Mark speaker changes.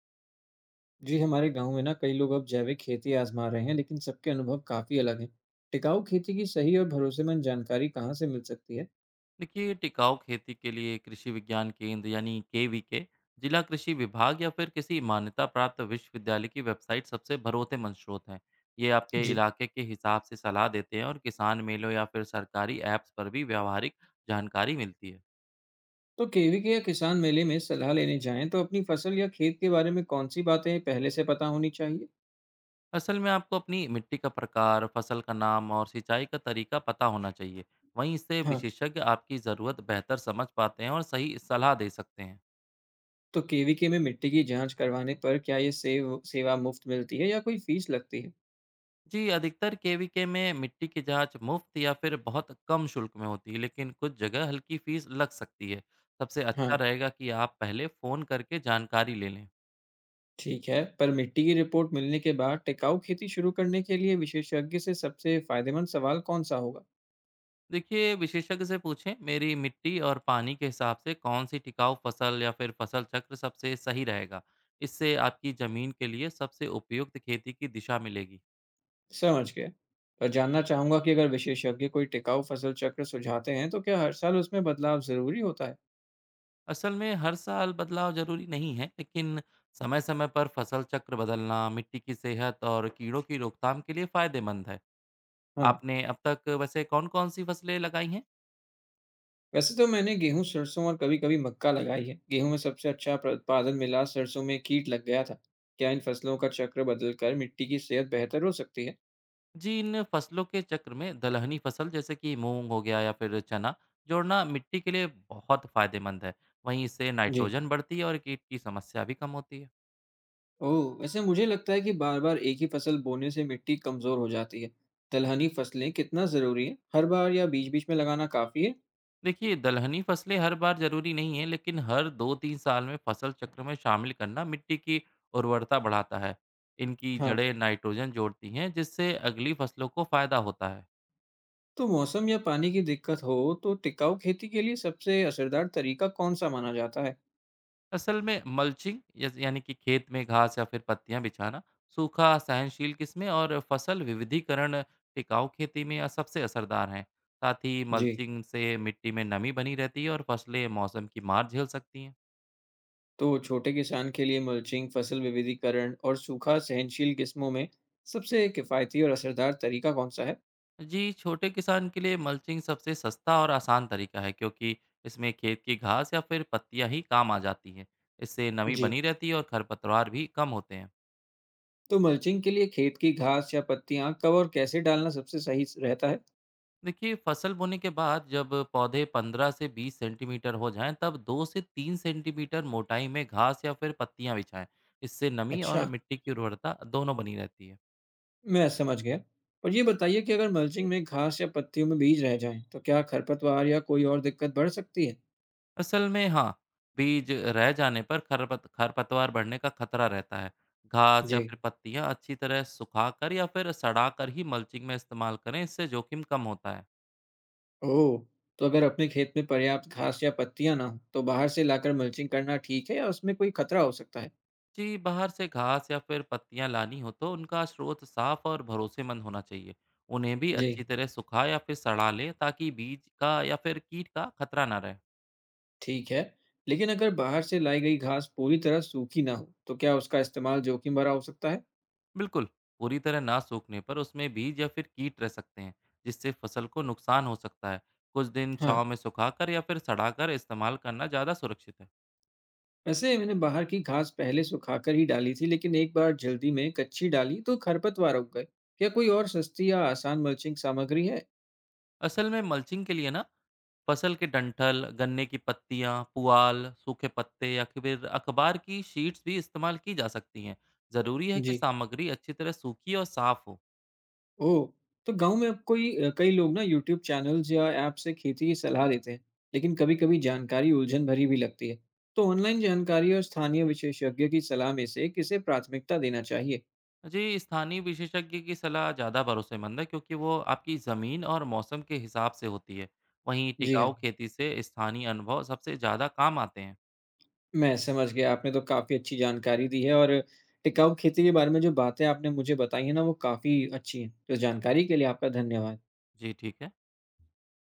Speaker 1: जी। हमारे गांव में ना कई लोग अब जैविक खेती आजमा रहे हैं, लेकिन सबके अनुभव काफी अलग हैं। टिकाऊ खेती की सही और भरोसेमंद जानकारी कहाँ से मिल सकती है?
Speaker 2: देखिए, टिकाऊ खेती के लिए कृषि विज्ञान केंद्र यानी के जिला कृषि विभाग या फिर किसी मान्यता प्राप्त विश्वविद्यालय की वेबसाइट सबसे भरोसेमंद स्रोत हैं। ये आपके
Speaker 1: जी।
Speaker 2: इलाके के हिसाब से सलाह देते हैं, और किसान मेलों या फिर सरकारी ऐप्स पर भी व्यावहारिक जानकारी मिलती है।
Speaker 1: तो केवी के या किसान मेले में सलाह लेने जाएं तो अपनी फसल या खेत के बारे में कौन सी बातें पहले से पता होनी चाहिए?
Speaker 2: असल में, आपको अपनी मिट्टी का प्रकार, फसल का नाम और सिंचाई का तरीका पता होना चाहिए। वहीं इससे
Speaker 1: हाँ।
Speaker 2: विशेषज्ञ आपकी ज़रूरत बेहतर समझ पाते हैं और सही सलाह दे सकते हैं।
Speaker 1: तो केवी के में मिट्टी की जांच करवाने पर क्या ये सेवा मुफ्त मिलती है या कोई फीस लगती है?
Speaker 2: जी, अधिकतर केवीके में मिट्टी की जांच मुफ्त या फिर बहुत कम शुल्क में होती है, लेकिन कुछ जगह हल्की फीस लग सकती है। सबसे
Speaker 1: हाँ,
Speaker 2: अच्छा रहेगा कि आप पहले फ़ोन करके जानकारी ले लें।
Speaker 1: ठीक है। पर मिट्टी की रिपोर्ट मिलने के बाद टिकाऊ खेती शुरू करने के लिए विशेषज्ञ से सबसे फायदेमंद सवाल कौन सा होगा?
Speaker 2: देखिए, विशेषज्ञ से पूछें, मेरी मिट्टी और पानी के हिसाब से कौन सी टिकाऊ फसल या फिर फसल चक्र सबसे सही रहेगा। इससे आपकी ज़मीन के लिए सबसे उपयुक्त खेती की दिशा मिलेगी।
Speaker 1: समझ गया। और जानना चाहूँगा कि अगर विशेषज्ञ कोई टिकाऊ फसल चक्र सुझाते हैं, तो क्या हर साल उसमें बदलाव ज़रूरी होता है?
Speaker 2: असल में, हर साल बदलाव ज़रूरी नहीं है, लेकिन समय-समय पर फसल चक्र बदलना मिट्टी की सेहत और कीड़ों की रोकथाम के लिए फ़ायदेमंद है।
Speaker 1: हाँ,
Speaker 2: आपने अब तक वैसे कौन-कौन सी फसलें लगाई हैं?
Speaker 1: वैसे तो मैंने गेहूँ, सरसों और कभी-कभी मक्का लगाई है। गेहूँ में सबसे अच्छा प्र उत्पादन मिला, सरसों में कीट लग गया था। क्या इन फसलों का चक्र बदलकर मिट्टी की सेहत बेहतर हो सकती है?
Speaker 2: जी, इन फसलों के चक्र में दलहनी फसल जैसे कि मूँग हो गया या फिर चना, जोड़ना मिट्टी के लिए बहुत फ़ायदेमंद है। वहीं इससे
Speaker 1: जी।
Speaker 2: नाइट्रोजन बढ़ती है और कीट की समस्या भी कम होती है।
Speaker 1: ओह! वैसे मुझे लगता है कि बार-बार एक ही फसल बोने से मिट्टी कमज़ोर हो जाती है। दलहनी फसलें कितना ज़रूरी है? हर बार या बीच-बीच में लगाना काफ़ी है?
Speaker 2: देखिए, दलहनी फसलें हर बार ज़रूरी नहीं है, लेकिन हर 2-3 साल में फसल चक्र में शामिल करना मिट्टी की उर्वरता बढ़ाता है। इनकी
Speaker 1: हाँ।
Speaker 2: जड़ें नाइट्रोजन जोड़ती हैं, जिससे अगली फसलों को फ़ायदा होता है।
Speaker 1: तो मौसम या पानी की दिक्कत हो तो टिकाऊ खेती के लिए सबसे असरदार तरीका कौन सा माना जाता है?
Speaker 2: असल में यानी कि खेत में घास या फिर पत्तियां बिछाना, सूखा सहनशील किस्में और फसल विविधीकरण टिकाऊ खेती में सबसे असरदार हैं। साथ ही
Speaker 1: जी।
Speaker 2: मल्चिंग से मिट्टी में नमी बनी रहती है और फसलें मौसम की मार झेल सकती हैं।
Speaker 1: तो छोटे किसान के लिए मल्चिंग, फसल विविधीकरण और सूखा सहनशील किस्मों में सबसे किफायती और असरदार तरीका कौन सा है?
Speaker 2: जी, छोटे किसान के लिए मल्चिंग सबसे सस्ता और आसान तरीका है, क्योंकि इसमें खेत की घास या फिर पत्तियां ही काम आ जाती हैं। इससे नमी
Speaker 1: जी।
Speaker 2: बनी रहती है और खरपतवार भी कम होते हैं।
Speaker 1: तो मल्चिंग के लिए खेत की घास या पत्तियां कब और कैसे डालना सबसे सही रहता है?
Speaker 2: देखिए, फसल बोने के बाद जब पौधे 15 से 20 सेंटीमीटर हो जाएं, तब 2 से 3 सेंटीमीटर मोटाई में घास या फिर पत्तियां बिछाएं। इससे नमी और
Speaker 1: अच्छा,
Speaker 2: मिट्टी की उर्वरता दोनों बनी रहती है।
Speaker 1: मैं समझ गया। और ये बताइए कि अगर मल्चिंग में घास या पत्तियों में बीज रह जाएं तो क्या खरपतवार या कोई और दिक्कत बढ़ सकती है?
Speaker 2: असल में हाँ, बीज रह जाने पर खरपतवार बढ़ने का खतरा रहता है। घास या
Speaker 1: जी।
Speaker 2: फिर पत्तियां अच्छी तरह सुखा कर या फिर सड़ा कर ही मल्चिंग में इस्तेमाल करें। इससे जोखिम कम होता है।
Speaker 1: ओह! तो अगर अपने खेत में पर्याप्त घास या पत्तियाँ ना हो, तो बाहर से लाकर मल्चिंग करना ठीक है या उसमें कोई खतरा हो सकता है?
Speaker 2: जी, बाहर से घास या फिर पत्तियां लानी हो तो उनका स्रोत साफ और भरोसेमंद होना चाहिए। उन्हें भी
Speaker 1: जी,
Speaker 2: अच्छी तरह सुखा या फिर सड़ा लें, ताकि बीज का या फिर कीट का खतरा ना रहे।
Speaker 1: ठीक है। लेकिन अगर बाहर से लाई गई घास पूरी तरह सूखी ना हो, तो क्या उसका इस्तेमाल जोखिम भरा हो सकता है?
Speaker 2: बिल्कुल। पूरी तरह ना सूखने पर उसमें बीज या फिर कीट रह सकते हैं, जिससे फसल को नुकसान हो सकता है। कुछ दिन
Speaker 1: हाँ,
Speaker 2: छांव में सुखाकर या फिर सड़ाकर इस्तेमाल करना ज़्यादा सुरक्षित है।
Speaker 1: वैसे मैंने बाहर की घास पहले सुखाकर ही डाली थी, लेकिन एक बार जल्दी में कच्ची डाली तो खरपतवार उग गए। क्या कोई और सस्ती या आसान मल्चिंग सामग्री है?
Speaker 2: असल में मल्चिंग के लिए ना फसल के डंठल, गन्ने की पत्तियाँ, पुआल, सूखे पत्ते या फिर अखबार की शीट्स भी इस्तेमाल की जा सकती हैं। ज़रूरी है कि
Speaker 1: जी।
Speaker 2: सामग्री अच्छी तरह सूखी और साफ़ हो।
Speaker 1: ओह! तो गाँव में अब कोई कई लोग ना यूट्यूब चैनल्स या ऐप से खेती की सलाह देते हैं, लेकिन कभी-कभी जानकारी उलझन भरी भी लगती है। तो ऑनलाइन जानकारी और स्थानीय विशेषज्ञ की सलाह में से किसे प्राथमिकता देना चाहिए?
Speaker 2: जी, स्थानीय विशेषज्ञ की सलाह ज़्यादा भरोसेमंद है, क्योंकि वो आपकी ज़मीन और मौसम के हिसाब से होती है। वहीं
Speaker 1: जी
Speaker 2: टिकाऊ
Speaker 1: हाँ,
Speaker 2: खेती से स्थानीय अनुभव सबसे ज़्यादा काम आते हैं।
Speaker 1: मैं समझ गया। आपने तो काफ़ी अच्छी जानकारी दी है और टिकाऊ खेती के बारे में जो बातें आपने मुझे बताई हैं ना, वो काफ़ी अच्छी हैं। तो जानकारी के लिए आपका धन्यवाद।
Speaker 2: जी, ठीक है।